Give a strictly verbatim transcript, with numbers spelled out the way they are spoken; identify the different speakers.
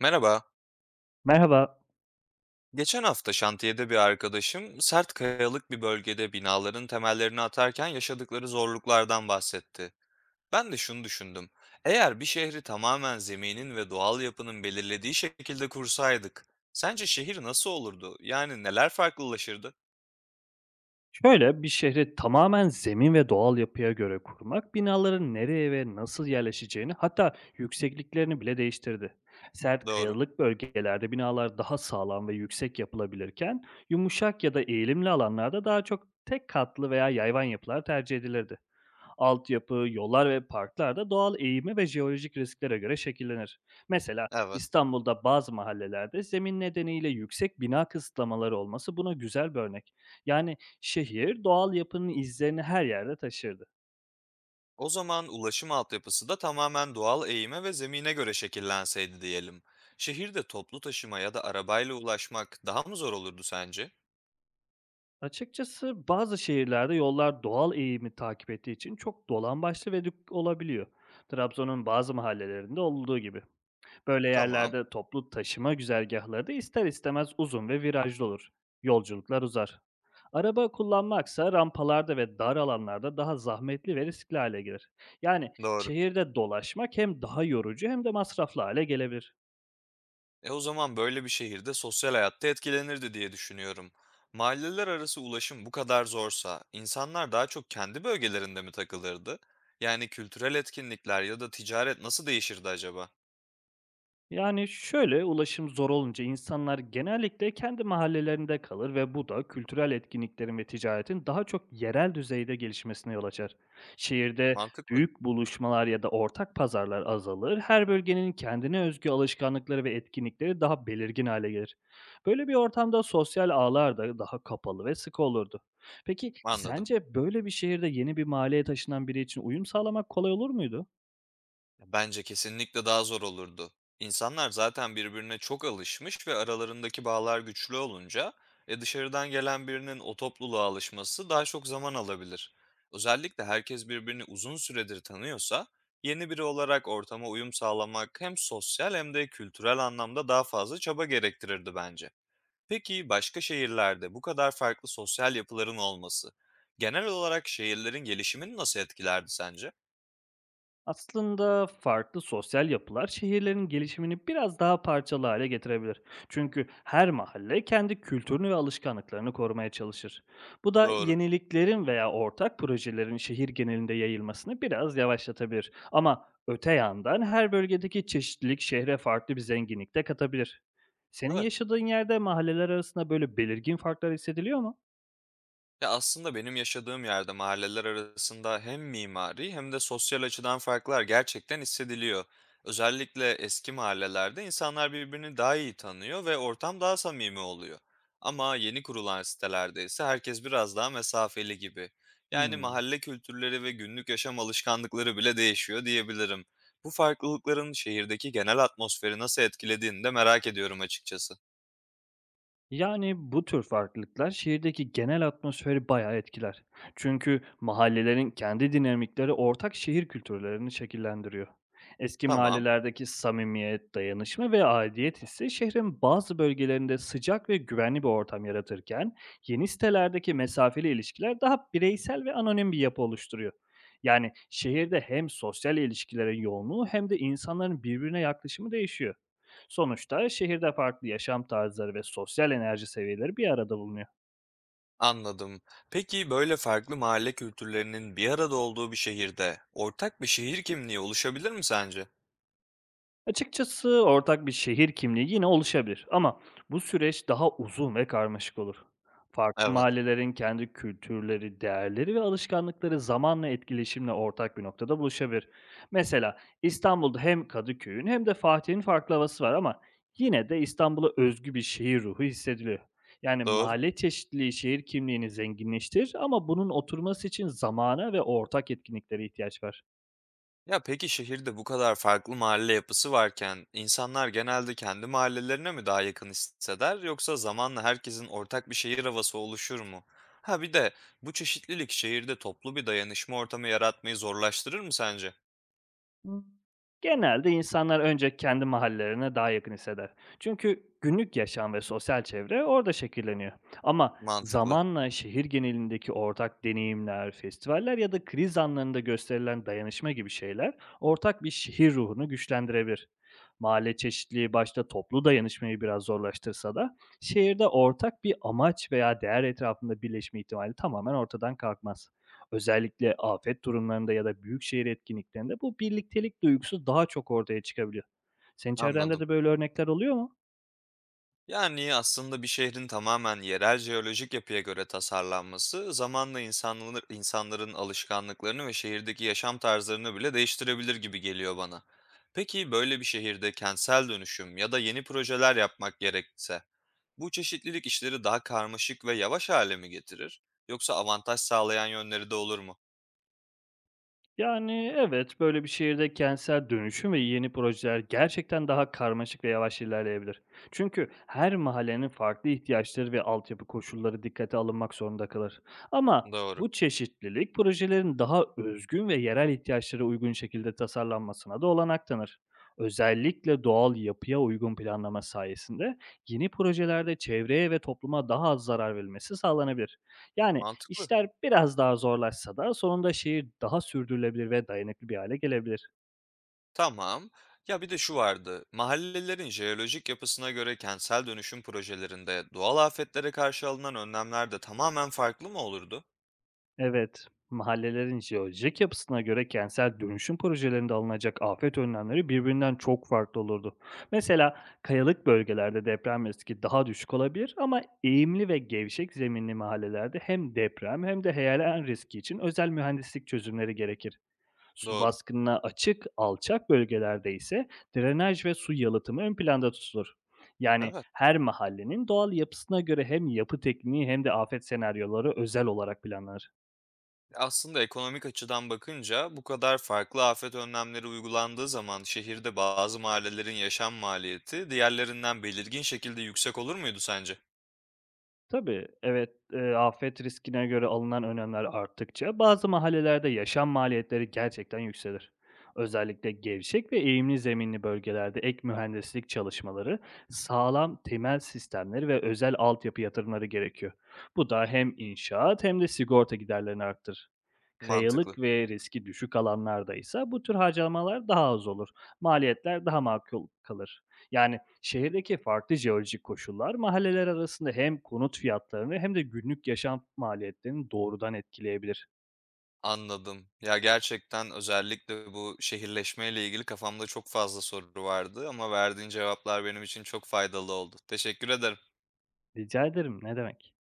Speaker 1: Merhaba.
Speaker 2: Merhaba.
Speaker 1: Geçen hafta şantiyede bir arkadaşım sert kayalık bir bölgede binaların temellerini atarken yaşadıkları zorluklardan bahsetti. Ben de şunu düşündüm. Eğer bir şehri tamamen zeminin ve doğal yapının belirlediği şekilde kursaydık, sence şehir nasıl olurdu? Yani neler farklılaşırdı?
Speaker 2: Şöyle bir şehri tamamen zemin ve doğal yapıya göre kurmak binaların nereye ve nasıl yerleşeceğini, hatta yüksekliklerini bile değiştirdi. Sert
Speaker 1: Doğru.
Speaker 2: kayalık bölgelerde binalar daha sağlam ve yüksek yapılabilirken, yumuşak ya da eğilimli alanlarda daha çok tek katlı veya yayvan yapılar tercih edilirdi. Altyapı, yollar ve parklar da doğal eğimi ve jeolojik risklere göre şekillenir. Mesela
Speaker 1: Evet.
Speaker 2: İstanbul'da bazı mahallelerde zemin nedeniyle yüksek bina kısıtlamaları olması buna güzel bir örnek. Yani şehir doğal yapının izlerini her yerde taşırdı.
Speaker 1: O zaman ulaşım altyapısı da tamamen doğal eğime ve zemine göre şekillenseydi diyelim. Şehirde toplu taşıma ya da arabayla ulaşmak daha mı zor olurdu sence?
Speaker 2: Açıkçası bazı şehirlerde yollar doğal eğimi takip ettiği için çok dolambaçlı ve dük olabiliyor. Trabzon'un bazı mahallelerinde olduğu gibi. Böyle
Speaker 1: Tamam.
Speaker 2: yerlerde toplu taşıma güzergahları da ister istemez uzun ve virajlı olur. Yolculuklar uzar. Araba kullanmaksa rampalarda ve dar alanlarda daha zahmetli ve riskli hale gelir. Yani
Speaker 1: Doğru.
Speaker 2: şehirde dolaşmak hem daha yorucu hem de masraflı hale gelebilir.
Speaker 1: E o zaman böyle bir şehirde sosyal hayatta etkilenirdi diye düşünüyorum. Mahalleler arası ulaşım bu kadar zorsa insanlar daha çok kendi bölgelerinde mi takılırdı? Yani kültürel etkinlikler ya da ticaret nasıl değişirdi acaba?
Speaker 2: Yani şöyle, ulaşım zor olunca insanlar genellikle kendi mahallelerinde kalır ve bu da kültürel etkinliklerin ve ticaretin daha çok yerel düzeyde gelişmesine yol açar. Şehirde
Speaker 1: Mantıklı.
Speaker 2: büyük buluşmalar ya da ortak pazarlar azalır, her bölgenin kendine özgü alışkanlıkları ve etkinlikleri daha belirgin hale gelir. Böyle bir ortamda sosyal ağlar da daha kapalı ve sıkı olurdu. Peki
Speaker 1: Anladım.
Speaker 2: sence böyle bir şehirde yeni bir mahalleye taşınan biri için uyum sağlamak kolay olur muydu?
Speaker 1: Bence kesinlikle daha zor olurdu. İnsanlar zaten birbirine çok alışmış ve aralarındaki bağlar güçlü olunca e, dışarıdan gelen birinin o topluluğa alışması daha çok zaman alabilir. Özellikle herkes birbirini uzun süredir tanıyorsa yeni biri olarak ortama uyum sağlamak hem sosyal hem de kültürel anlamda daha fazla çaba gerektirirdi bence. Peki başka şehirlerde bu kadar farklı sosyal yapıların olması genel olarak şehirlerin gelişimini nasıl etkilerdi sence?
Speaker 2: Aslında farklı sosyal yapılar şehirlerin gelişimini biraz daha parçalı hale getirebilir. Çünkü her mahalle kendi kültürünü ve alışkanlıklarını korumaya çalışır. Bu da
Speaker 1: Doğru.
Speaker 2: yeniliklerin veya ortak projelerin şehir genelinde yayılmasını biraz yavaşlatabilir. Ama öte yandan her bölgedeki çeşitlilik şehre farklı bir zenginlik de katabilir. Senin
Speaker 1: Evet.
Speaker 2: yaşadığın yerde mahalleler arasında böyle belirgin farklar hissediliyor mu?
Speaker 1: Ya, aslında benim yaşadığım yerde mahalleler arasında hem mimari hem de sosyal açıdan farklar gerçekten hissediliyor. Özellikle eski mahallelerde insanlar birbirini daha iyi tanıyor ve ortam daha samimi oluyor. Ama yeni kurulan sitelerde ise herkes biraz daha mesafeli gibi. Yani
Speaker 2: Hmm.
Speaker 1: mahalle kültürleri ve günlük yaşam alışkanlıkları bile değişiyor diyebilirim. Bu farklılıkların şehirdeki genel atmosferi nasıl etkilediğini de merak ediyorum açıkçası.
Speaker 2: Yani bu tür farklılıklar şehirdeki genel atmosferi bayağı etkiler. Çünkü mahallelerin kendi dinamikleri ortak şehir kültürlerini şekillendiriyor. Eski
Speaker 1: Tamam.
Speaker 2: mahallelerdeki samimiyet, dayanışma ve aidiyet hissi şehrin bazı bölgelerinde sıcak ve güvenli bir ortam yaratırken, yeni sitelerdeki mesafeli ilişkiler daha bireysel ve anonim bir yapı oluşturuyor. Yani şehirde hem sosyal ilişkilerin yoğunluğu hem de insanların birbirine yaklaşımı değişiyor. Sonuçta şehirde farklı yaşam tarzları ve sosyal enerji seviyeleri bir arada bulunuyor.
Speaker 1: Anladım. Peki böyle farklı mahalle kültürlerinin bir arada olduğu bir şehirde ortak bir şehir kimliği oluşabilir mi sence?
Speaker 2: Açıkçası ortak bir şehir kimliği yine oluşabilir, ama bu süreç daha uzun ve karmaşık olur. Farklı
Speaker 1: Evet,
Speaker 2: mahallelerin kendi kültürleri, değerleri ve alışkanlıkları zamanla etkileşimle ortak bir noktada buluşabilir. Mesela İstanbul'da hem Kadıköy'ün hem de Fatih'in farklı havası var, ama yine de İstanbul'a özgü bir şehir ruhu hissediliyor. Yani
Speaker 1: doğru.
Speaker 2: mahalle çeşitliliği şehir kimliğini zenginleştirir, ama bunun oturması için zamana ve ortak etkinliklere ihtiyaç var.
Speaker 1: Ya peki şehirde bu kadar farklı mahalle yapısı varken insanlar genelde kendi mahallelerine mi daha yakın hisseder yoksa zamanla herkesin ortak bir şehir havası oluşur mu? Ha bir de bu çeşitlilik şehirde toplu bir dayanışma ortamı yaratmayı zorlaştırır mı sence?
Speaker 2: Imm, Genelde insanlar önce kendi mahallelerine daha yakın hisseder. Çünkü günlük yaşam ve sosyal çevre orada şekilleniyor. Ama
Speaker 1: Mantıklı.
Speaker 2: zamanla şehir genelindeki ortak deneyimler, festivaller ya da kriz anlarında gösterilen dayanışma gibi şeyler ortak bir şehir ruhunu güçlendirebilir. Mahalle çeşitliliği başta toplu dayanışmayı biraz zorlaştırsa da şehirde ortak bir amaç veya değer etrafında birleşme ihtimali tamamen ortadan kalkmaz. Özellikle afet durumlarında ya da büyük şehir etkinliklerinde bu birliktelik duygusu daha çok ortaya çıkabiliyor. Senin çevrende
Speaker 1: Anladım.
Speaker 2: de böyle örnekler oluyor mu?
Speaker 1: Yani aslında bir şehrin tamamen yerel jeolojik yapıya göre tasarlanması zamanla insanlar, insanların alışkanlıklarını ve şehirdeki yaşam tarzlarını bile değiştirebilir gibi geliyor bana. Peki böyle bir şehirde kentsel dönüşüm ya da yeni projeler yapmak gerekse bu çeşitlilik işleri daha karmaşık ve yavaş hale mi getirir? Yoksa avantaj sağlayan yönleri de olur mu?
Speaker 2: Yani, evet, böyle bir şehirde kentsel dönüşüm ve yeni projeler gerçekten daha karmaşık ve yavaş ilerleyebilir. Çünkü her mahallenin farklı ihtiyaçları ve altyapı koşulları dikkate alınmak zorunda kalır. Ama
Speaker 1: Doğru.
Speaker 2: bu çeşitlilik projelerin daha özgün ve yerel ihtiyaçlara uygun şekilde tasarlanmasına da olanak tanır. Özellikle doğal yapıya uygun planlama sayesinde yeni projelerde çevreye ve topluma daha az zarar verilmesi sağlanabilir. Yani
Speaker 1: Mantıklı.
Speaker 2: İşler biraz daha zorlaşsa da sonunda şehir daha sürdürülebilir ve dayanıklı bir hale gelebilir.
Speaker 1: Tamam. Ya bir de şu vardı. Mahallelerin jeolojik yapısına göre kentsel dönüşüm projelerinde doğal afetlere karşı alınan önlemler de tamamen farklı mı olurdu?
Speaker 2: Evet, mahallelerin jeolojik yapısına göre kentsel dönüşüm projelerinde alınacak afet önlemleri birbirinden çok farklı olurdu. Mesela kayalık bölgelerde deprem riski daha düşük olabilir, ama eğimli ve gevşek zeminli mahallelerde hem deprem hem de heyelan riski için özel mühendislik çözümleri gerekir. Su
Speaker 1: Doğru.
Speaker 2: baskınına açık, alçak bölgelerde ise drenaj ve su yalıtımı ön planda tutulur. Yani
Speaker 1: Evet.
Speaker 2: her mahallenin doğal yapısına göre hem yapı tekniği hem de afet senaryoları özel olarak planlanır.
Speaker 1: Aslında ekonomik açıdan bakınca bu kadar farklı afet önlemleri uygulandığı zaman şehirde bazı mahallelerin yaşam maliyeti diğerlerinden belirgin şekilde yüksek olur muydu sence?
Speaker 2: Tabii, evet, eee, afet riskine göre alınan önlemler arttıkça bazı mahallelerde yaşam maliyetleri gerçekten yükselir. Özellikle gevşek ve eğimli zeminli bölgelerde ek mühendislik çalışmaları, sağlam temel sistemleri ve özel altyapı yatırımları gerekiyor. Bu da hem inşaat hem de sigorta giderlerini arttırır.
Speaker 1: Mantıklı.
Speaker 2: Kayalık ve riski düşük alanlardaysa bu tür harcamalar daha az olur. Maliyetler daha makul kalır. Yani şehirdeki farklı jeolojik koşullar mahalleler arasında hem konut fiyatlarını hem de günlük yaşam maliyetlerini doğrudan etkileyebilir.
Speaker 1: Anladım. Ya, gerçekten özellikle bu şehirleşmeyle ilgili kafamda çok fazla soru vardı ama verdiğin cevaplar benim için çok faydalı oldu. Teşekkür ederim.
Speaker 2: Rica ederim, ne demek.